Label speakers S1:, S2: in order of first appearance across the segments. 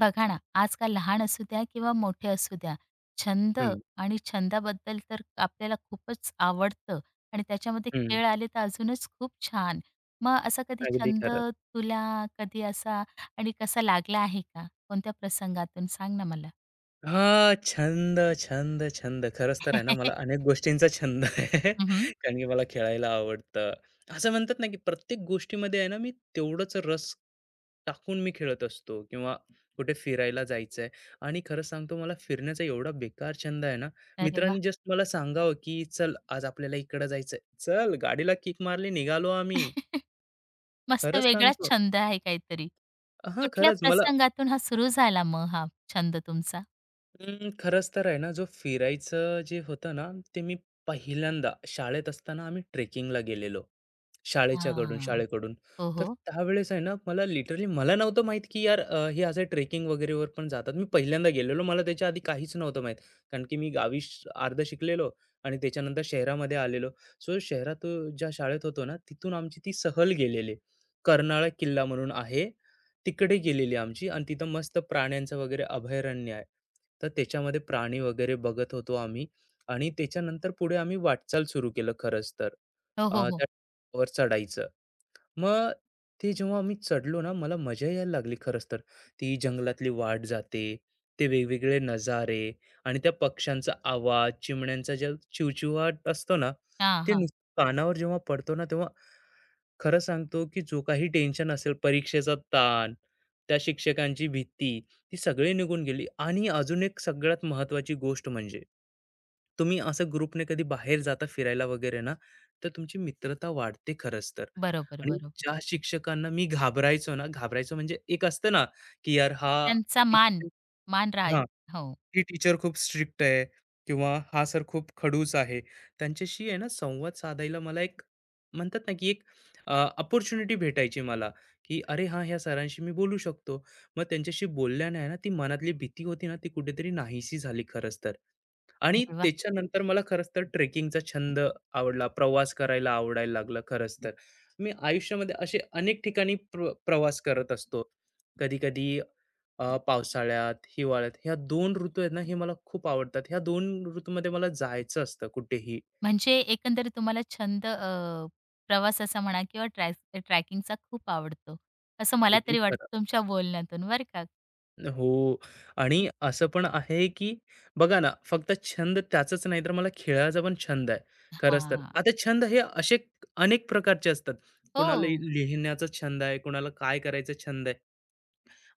S1: बघा ना, आजकाल लहान असू द्या किंवा मोठे असू द्या, छंद
S2: हं,
S1: आणि छंदाबद्दल तर आपल्याला खूपच आवडतं आणि त्याच्यामध्ये
S2: हं.
S1: खेळ आले तर अजूनच खूप छान. मग असा कधी
S2: अगदी
S1: छंद
S2: खरं.
S1: तुला कधी असा आणि कसा लागला आहे का? कोणत्या प्रसंगातून सांग ना मला?
S2: छंद, छंद. खरंच तर आहे ना, मला अनेक गोष्टींचा छंद आहे.
S1: हं.
S2: कारण की मला खेळायला आवडतं. असं म्हणतात ना, की प्रत्येक गोष्टीमध्ये आहे ना, मी तेवढाच रस टाकून मी खेळत असतो किंवा कुठे फिरायला जायचंय. आणि खरं सांगतो मला फिरण्याचा एवढा बेकार छंद आहे ना,
S1: अरे वाह!
S2: मित्रांनी जस्ट मला सांगावं, की "चल आज आपल्याला इकडं जायचंय." चल, गाडीला किक मारली, निघालो आम्ही.
S1: मस्त
S2: खरंच
S1: वेगळाच
S2: सांगतो.
S1: छंद आहे काहीतरी. कुठल्या
S2: खरंच मला
S1: प्रसंगातून हा सुरू झाला मग हा छंद तुमचा?
S2: खरंच तर आहे ना, जो फिरायचं जे होतं ना, ते मी पहिल्यांदा शाळेत असताना आम्ही ट्रेकिंगला गेलेलो.
S1: हां.
S2: शाळेकडून,
S1: हो,
S2: तर
S1: हो.
S2: त्यावेळेस आहे ना, मला लिटरली नव्हतं माहित की यार, हे असं ट्रेकिंग वगैरेवर पण जातात. मी पहिल्यांदा गेलेलो, मला त्याच्या आधी काहीच नव्हतं माहित. कारण की मी गावी अर्ध शिकलेलो आणि त्याच्यानंतर शहरामध्ये आलेलो. सो शहरात, ज्या शाळेत होतो ना, तिथून आमची ती सहल गेलेली. कर्नाळा किल्ला म्हणून आहे, तिकडे गेलेली आमची, आणि तिथं मस्त प्राण्यांचं वगैरे अभयारण्य आहे. तर त्याच्यामध्ये प्राणी वगैरे बघत होतो आम्ही, आणि त्याच्यानंतर पुढे आम्ही वाटचाल सुरू केलं खरंच तर.
S1: हो, हो, हो.
S2: त्या वर चढायचं. मग ते जेव्हा आम्ही चढलो ना, मला मजा यायला लागली खरंच तर. ती जंगलातली वाट जाते, ते वेगवेगळे नजारे आणि त्या पक्ष्यांचा आवाज, चिमण्यांचा जो चिवचिवाट असतो ना,
S1: हां,
S2: ते
S1: हां.
S2: नुसतं कानावर जेव्हा पडतो ना, तेव्हा खरं सांगतो, की जो काही टेन्शन असेल, परीक्षेचा ताण, त्या शिक्षकांची भीती, ती सगळी निघून गेली. आणि अजून एक सगळ्यात महत्त्वाची गोष्ट म्हणजे, तुम्ही असं ग्रुपने कधी बाहेर जाता फिरायला वगैरे ना, तर तुमची मित्रता वाढते खरंच तर.
S1: बरोबर,
S2: आणि
S1: बरोबर.
S2: ज्या शिक्षकांना मी घाबरायचो ना, घाबरायचो म्हणजे एक असतं ना, की यार हा
S1: त्यांचा मान, मान राहील.
S2: हा,
S1: हो.
S2: ही टीचर खूप स्ट्रिक्ट आहे किंवा हा सर खूप खडूस आहे, त्यांच्याशी आहे ना संवाद साधायला मला एक, म्हणतात ना की एक अपॉर्च्युनिटी भेटायची मला, की अरे हा, ह्या सरांशी मी बोलू शकतो. मग त्यांच्याशी बोलल्याने आहे ना, ती मनातली भीती होती ना, ती कुठेतरी नाहीशी झाली खरंच तर. आणि
S1: अरे वाह!
S2: त्याच्यानंतर मला खरंच तर ट्रेकिंगचा छंद आवडला, प्रवास करायला आवडायला लागला खरंच तर. मी आयुष्यामध्ये असे अनेक ठिकाणी प्रवास करत असतो. कधी कधी पावसाळ्यात, हिवाळ्यात, ह्या दोन ऋतू आहेत ना, हे मला खूप आवडतात. ह्या 2 ऋतूमध्ये मला जायचं असतं कुठेही.
S1: म्हणजे एकंदरीत तुम्हाला छंद प्रवासाचा म्हणा किंवा ट्रॅकिंगचा खूप आवडतो. असं मला
S2: अगदी
S1: तरी वाटतं
S2: खरं.
S1: तुमच्या बोलण्यातून बरं का.
S2: हो. आणि असं पण आहे, की बघा ना, फक्त छंद त्याचाच नाही, तर मला खेळाचा पण छंद आहे. खरंच तर.
S1: हां.
S2: आता छंद हे असे अनेक प्रकारचे असतात. कुणाला
S1: हो,
S2: लिहिण्याचा छंद आहे, कुणाला काय करायचा छंद आहे.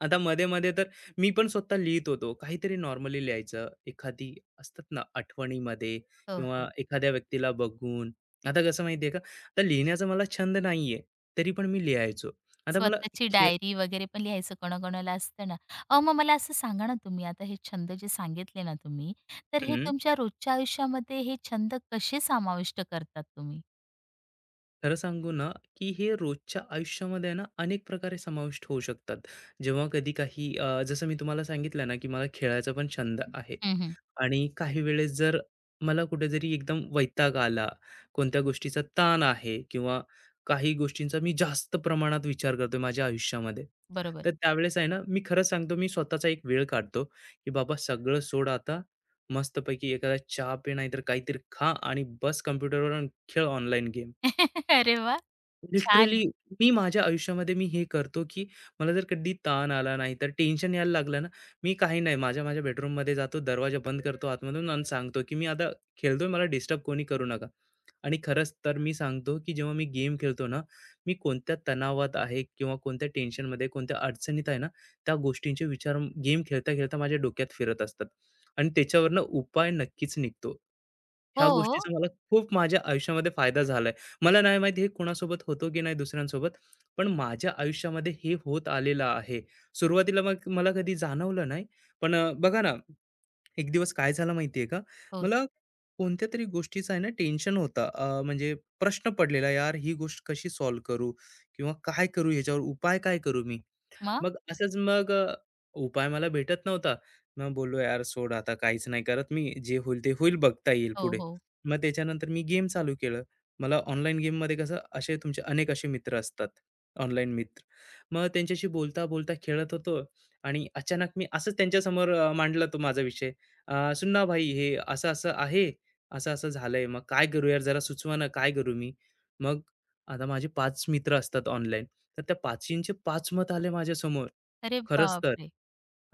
S2: आता मध्ये-मध्ये तर मी पण स्वतः लिहित होतो. काहीतरी नॉर्मली लिहायचं. एखादी असतात ना आठवणीमध्ये
S1: हो,
S2: किंवा
S1: हो.
S2: एखाद्या व्यक्तीला बघून. आता कसं माहिती आहे का, आता लिहिण्याचा मला छंद नाहीये, तरी पण मी लिहायचो. आता मला
S1: स्वतःची
S2: खेळ.
S1: डायरी वगैरे पण लिहायचं कोणाकोणाला असतं ना. अहो, मग मला असं सांगा ना तुम्ही आता हे छंद जे सांगितले ना तुम्ही, तर हे
S2: हं,
S1: तुमच्या रोजच्या आयुष्यामध्ये हे छंद कसे समाविष्ट करतात तुम्ही?
S2: खरं सांगू ना, की हे रोजच्या आयुष्यामध्ये ना अनेक प्रकारे समाविष्ट होऊ शकतात. जेव्हा कधी काही जसं मी तुम्हाला सांगितलं ना, की मला खेळायचा पण छंद आहे.
S1: हं, हं.
S2: आणि काही वेळेस जर मला कुठेतरी एकदम वैताग आला, कोणत्या गोष्टीचा ताण आहे किंवा काही गोष्टींचा मी जास्त प्रमाणात विचार करतोय माझ्या आयुष्यामध्ये,
S1: बरोबर.
S2: तर त्यावेळेस आहे ना, मी खरं सांगतो, मी स्वतःचा एक वेळ काढतो, की बाबा सगळं सोड आता. मस्तपैकी एखादा चहा पे, नाहीतर काहीतरी खा आणि बस कॉम्प्युटरवर, खेळ ऑनलाईन गेम.
S1: अरे वाह! छान आहे.
S2: लिटरली माझ्या आयुष्यामध्ये मी हे करतो, की मला जर कधी ताण आला, नाही तर टेन्शन यायला लागलं ना, मी काही नाही, माझ्या माझ्या बेडरूममध्ये जातो, दरवाजा बंद करतो आतमधून आणि सांगतो, की "मी आता खेळतोय, मला डिस्टर्ब कोणी करू नका." आणि खरंच तर मी सांगतो, की जेव्हा मी गेम खेळतो ना, मी कोणत्या तणावात आहे किंवा कोणत्या टेन्शनमध्ये, कोणत्या अडचणीत आहे ना, त्या गोष्टींचे विचार गेम खेळता-खेळता माझ्या डोक्यात फिरत असतात आणि त्याच्यावरनं उपाय नक्कीच निघतो. ह्या
S1: हो,
S2: गोष्टीचा मला खूप माझ्या आयुष्यामध्ये फायदा झाला. मला नाही माहिती हे कोणासोबत होतो की नाही दुसऱ्यांसोबत, पण माझ्या आयुष्यामध्ये हे होत आलेलं आहे. सुरुवातीला मग मला कधी जाणवलं नाही. पण बघा ना, एक दिवस काय झालं माहिती आहे का?
S1: हो.
S2: मला कोणत्यातरी गोष्टीचा आहे ना टेन्शन होता. म्हणजे प्रश्न पडलेला, "यार, ही गोष्ट कशी सॉल्व्ह करू? किंवा काय करू? ह्याच्यावर उपाय काय करू मी?"
S1: मग?
S2: मग असंच मग अ, उपाय मला भेटत नव्हता. मग बोललो, "यार सोड, आता काहीच नाही करत मी. जे होईल ते होईल, बघता येईल
S1: हो,
S2: पुढे."
S1: हो.
S2: मग त्याच्यानंतर मी गेम चालू केलं. मला ऑनलाईन गेममध्ये कसं असे तुमचे अनेक असे मित्र असतात, ऑनलाईन मित्र. मग त्यांच्याशी बोलता-बोलता खेळत होतो आणि अचानक मी असंच त्यांच्यासमोर मांडला तो माझा विषय. "सुन्ना भाई, हे असं-असं आहे, असं-असं झालंय. मग काय करू यार, जरा सुचवा ना, काय करू मी?" मग आता माझे 5 मित्र असतात ऑनलाईन. तर त्या पाचींचे पाच मत आले माझ्यासमोर.
S1: अरे
S2: खरंच तर.
S1: बापरे!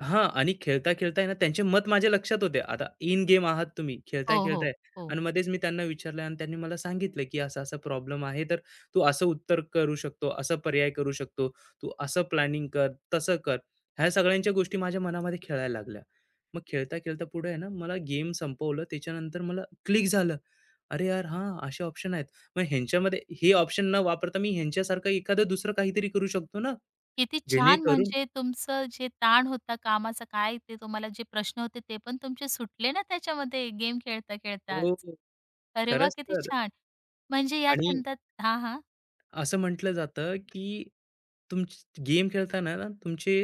S2: हां, आणि खेळता-खेळता आहे ना, त्यांचे मत माझ्या लक्षात होते. आता इन गेम आहात तुम्ही,
S1: हो, हो,
S2: खेळताय-खेळताय,
S1: हो.
S2: आणि मध्येच मी त्यांना विचारलं आणि त्यांनी मला सांगितलं, की असा-असा प्रॉब्लेम आहे, तर तू असं उत्तर करू शकतो, असा पर्याय करू शकतो, तू असं प्लॅनिंग कर, तसं कर. ह्या सगळ्यांच्या गोष्टी माझ्या मनामध्ये खेळायला लागल्या. मग खेळता-खेळता पुढे आहे ना, मला गेम संपवलं. त्याच्यानंतर मला क्लिक झालं. अरे यार! हां, असे ऑप्शन आहेत. मग ह्यांच्यामध्ये हे ऑप्शन न वापरता मी ह्यांच्यासारखं एखादं दुसरं काहीतरी करू शकतो ना,
S1: किती छान.
S2: जेणेकरून.
S1: म्हणजे तुमचं जे ताण होता कामाचा काय ते तुम्हाला जे प्रश्न होते ते पण तुमचे सुटले ना त्याच्यामध्ये गेम खेळता-खेळताच.
S2: हो,
S1: अरे वाह!
S2: खरंच
S1: किती
S2: तर.
S1: छान. म्हणजे या
S2: आणि
S1: छंदात हां, हां.
S2: असं म्हटलं जातं की तुम गेम खेळताना ना तुमची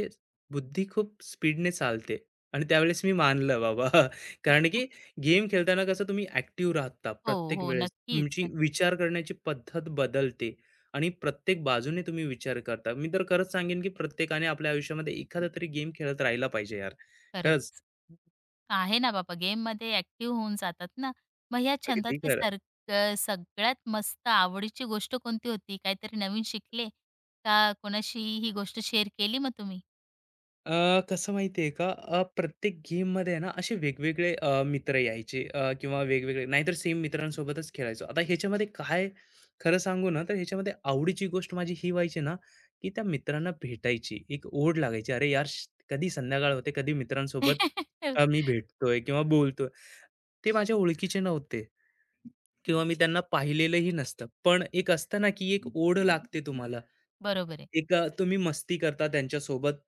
S2: बुद्धी खूप स्पीडने चालते आणि त्यावेळेस मी मानलं बाबा. कारण की गेम खेळताना कसं तुम्ही ऍक्टिव्ह राहता,
S1: हो,
S2: प्रत्येक
S1: हो.
S2: वेळेस
S1: नक्कीच,
S2: तुमची
S1: नक्कीच.
S2: विचार करण्याची पद्धत बदलते आणि प्रत्येक बाजूने तुम्ही विचार करता. मी तर खरंच सांगेन की प्रत्येकाने आपल्या आयुष्यामध्ये एखादा तरी गेम खेळत राहिला पाहिजे यार. खरंच.
S1: खरंच. आहे ना बाबा गेममध्ये ॲक्टिव्ह होऊन जातात ना. मग या
S2: अगदी
S1: छंदातले
S2: खरं.
S1: सर सगळ्यात मस्त आवडीची गोष्ट कोणती होती? काहीतरी नवीन शिकले? का कोणाशी ही गोष्ट शेअर केली मग तुम्ही?
S2: कसं माहिती आहे का, प्रत्येक गेममध्ये आहे ना असे वेगवेगळे मित्र यायचे, किंवा वेगवेगळे नाहीतर सेम मित्रांसोबतच खेळायचो. आता ह्याच्यामध्ये काय, खरं सांगू ना, तर ह्याच्यामध्ये आवडीची गोष्ट माझी ही व्हायची ना, की त्या मित्रांना भेटायची एक ओढ लागायची. "अरे यार, कधी संध्याकाळ होते, कधी मित्रांसोबत मी भेटतोय किंवा बोलतोय." ते माझ्या ओळखीचे नव्हते, किंवा मी त्यांना पाहिलेलंही नसतं. पण एक असतं ना, की एक ओढ लागते तुम्हाला.
S1: बरोबर आहे.
S2: एक तुम्ही मस्ती करता त्यांच्यासोबत.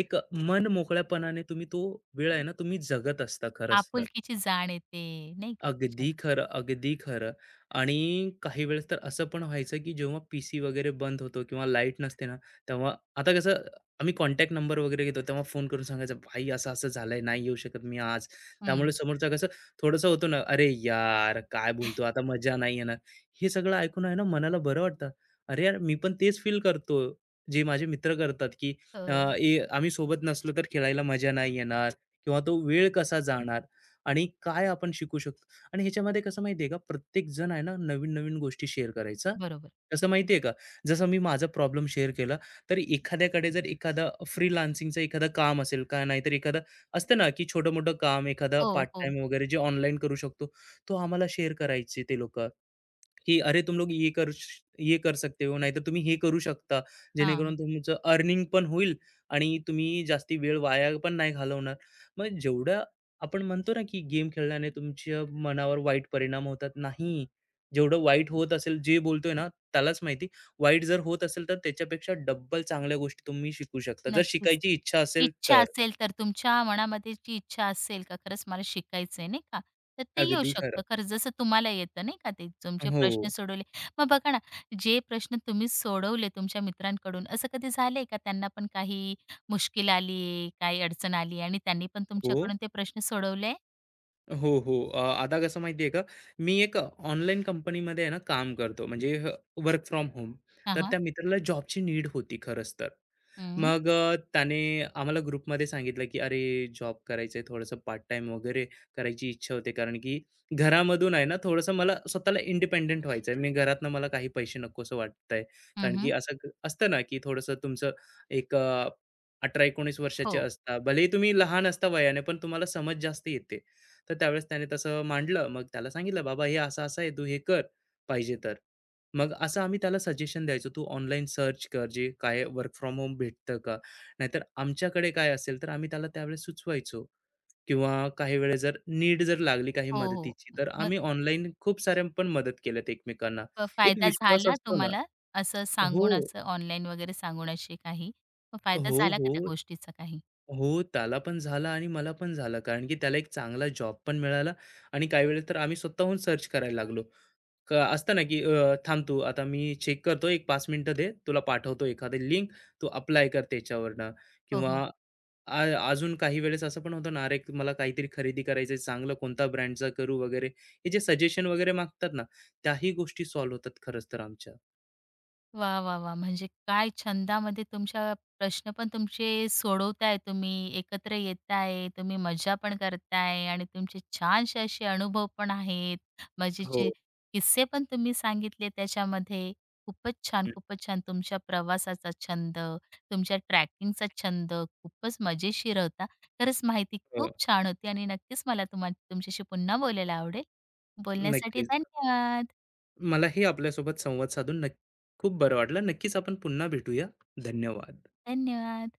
S2: एक मन मोकळ्यापणाने तुम्ही तो वेळ आहे ना, तुम्ही जगत असता खरंच तर.
S1: आपुलकीची जाण येते नाही का त्याच्यात.
S2: अगदी खरं, अगदी खरं. आणि काही वेळेस तर असं पण व्हायचं, की जेव्हा पीसी वगैरे बंद होतो किंवा लाईट नसते ना, तेव्हा आता कसं, आम्ही कॉन्टॅक्ट नंबर वगैरे घेतो, तेव्हा फोन करून सांगायचं, "भाई असं-असं झालंय, नाही येऊ शकत मी आज."
S1: हं.
S2: त्यामुळे समोरचा कसं थोडंसं होतो ना, "अरे यार, काय बोलतो, आता मजा नाही येणार." हे सगळं ऐकून आहे ना, मनाला बरं वाटतं. अरे यार, मी पण तेच फील करतो, जे माझे मित्र करतात, की अ,
S1: हो,
S2: ए आम्ही सोबत नसलो तर खेळायला मजा नाही येणार किंवा तो वेळ कसा जाणार आणि काय आपण शिकू शकतो. आणि ह्याच्यामध्ये कसं माहितीये का, प्रत्येक जण आहे ना नवीन नवीन गोष्टी शेअर करायचा.
S1: बरोबर.
S2: कसं माहितीये का, जसं मी माझा प्रॉब्लेम शेअर केला, तर एखाद्याकडे जर एखादा फ्रीलान्सिंगचं एखादं काम असेल का, नाहीतर एखादं असतं ना की छोटं मोठं काम, एखादा
S1: हो,
S2: पार्ट
S1: हो.
S2: टाइम वगैरे जे ऑनलाईन करू शकतो, तो आम्हाला शेअर करायचे ते लोक, की अरे तुम लोग ये कर ये कर सकते हो, नाहीतर तुम्ही हे करू शकता,
S1: हां,
S2: जेणेकरून तुमचं अर्निंग पण होईल आणि तुम्ही जास्ती वेळ वाया पण नाही घालवणार. मग जेवढ्या आपण म्हणतो ना की गेम खेळल्याने तुमच्या मनावर वाईट परिणाम होतात, नाही. जेवढं वाईट होत असेल जे बोलतोय ना, त्यालाच माहिती. वाईट जर होत असेल तर त्याच्यापेक्षा डब्बल चांगल्या गोष्टी तुम्ही शिकू शकता, जर
S1: नक्कीच.
S2: शिकायची इच्छा असेल
S1: इच्छा
S2: तर.
S1: असेल तर तुमच्या मनामध्ये जी इच्छा असेल का खरंच मला शिकायचंय नाही का, तर ते येऊ
S2: अगदी
S1: शकतं.
S2: खरं.
S1: खरं जसं तुम्हाला येतं नाही का ते तुमचे
S2: हो.
S1: प्रश्न सोडवले. मग बघा ना, जे प्रश्न तुम्ही सोडवले तुमच्या मित्रांकडून असं कधी झालंय का त्यांना पण काही मुश्किल आली, काही अडचण आली आणि त्यांनी पण
S2: हो,
S1: तुमच्याकडून ते प्रश्न सोडवले?
S2: हो. हो, आता कसं माहिती आहे का, मी एक ऑनलाईन कंपनीमध्ये आहे ना, काम करतो, म्हणजे वर्क फ्रॉम होम.
S1: हां,
S2: तर
S1: हां.
S2: त्या मित्राला जॉबची नीड होती खरंच तर.
S1: हं,
S2: मग त्याने आम्हाला ग्रुपमध्ये सांगितलं, की "अरे, जॉब करायचं आहे, थोडंसं पार्ट टाईम वगैरे करायची इच्छा होते, कारण की घरामधून आहे ना, थोडंसं मला स्वतःला इंडिपेंडंट व्हायचं आहे. मी घरातनं मला काही पैसे नकोसं वाटतंय."
S1: हं,
S2: कारण की
S1: हं.
S2: असं क असतं ना, की थोडंसं तुमचं एक 18-19 वर्षाचे
S1: हो,
S2: असता. भलेही तुम्ही लहान असता वयाने, पण तुम्हाला समज जास्त येते. तर त्यावेळेस त्याने तसं मांडलं. मग त्याला सांगितलं, "बाबा हे असं-असं आहे, तू हे कर पाहिजे तर." मग असं आम्ही त्याला सजेशन द्यायचो, "तू ऑनलाईन सर्च कर, जे काय वर्क फ्रॉम होम भेटतं का? नाहीतर आमच्याकडे काय असेल?" तर आम्ही त्याला त्यावेळेस सुचवायचो किंवा काही वेळेस जर नीड जर लागली काही
S1: हो, हो.
S2: मदतीची, तर
S1: मग
S2: आम्ही ऑनलाईन खूप साऱ्या पण मदत केल्यात एकमेकांना. एक
S1: फायदा
S2: विश्वास
S1: झाला
S2: असतो ना.
S1: तुम्हाला असं
S2: हो.
S1: सांगून, असं ऑनलाईन वगैरे सांगून असे काही? मग फायदा
S2: हो,
S1: झाला का त्या
S2: हो.
S1: गोष्टीचा काही?
S2: हो, त्याला पण झाला आणि मला पण झाला. कारण की त्याला एक चांगला जॉब पण मिळाला आणि काही वेळेस तर आम्ही स्वतःहून सर्च करायला लागलो. क असतं ना, की थांब तू, आता मी चेक करतो, एक 5 मिनिटं दे, तुला पाठवतो एखादी लिंक, तू अप्लाय कर त्याच्यावरनं
S1: हो, हो.
S2: किंवा अजून काही वेळेस असं पण होतं ना, "अरे, मला काहीतरी खरेदी करायचं आहे, चांगलं कोणता ब्रँडचा करू?" वगैरे. हे जे सजेशन वगैरे मागतात ना, त्याही गोष्टी सॉल्व्ह होतात खरंच तर आमच्या.
S1: वा, वा, वाह! म्हणजे काय छंदामध्ये तुमच्या प्रश्न पण तुमचे सोडवताय तुम्ही, एकत्र येताय, तुम्ही मजा पण करताय आणि तुमचे छानसे असे अनुभव पण आहेत.
S2: हो.
S1: मजेचे किस्से पण तुम्ही सांगितले त्याच्यामध्ये. खूपच छान,
S2: हं.
S1: खूपच छान. तुमच्या प्रवासाचा छंद, तुमच्या ट्रॅकिंगचा छंद खूपच मजेशीर होता. खरंच माहिती
S2: हो.
S1: खूप छान होती आणि नक्कीच मला तुम्हा तुमच्याशी पुन्हा बोलायला आवडेल. बोलण्यासाठी
S2: नक्कीच.
S1: धन्यवाद.
S2: मलाही आपल्यासोबत संवाद साधून खूप बरं वाटलं. नक्कीच आपण पुन्हा भेटूया. धन्यवाद.
S1: धन्यवाद.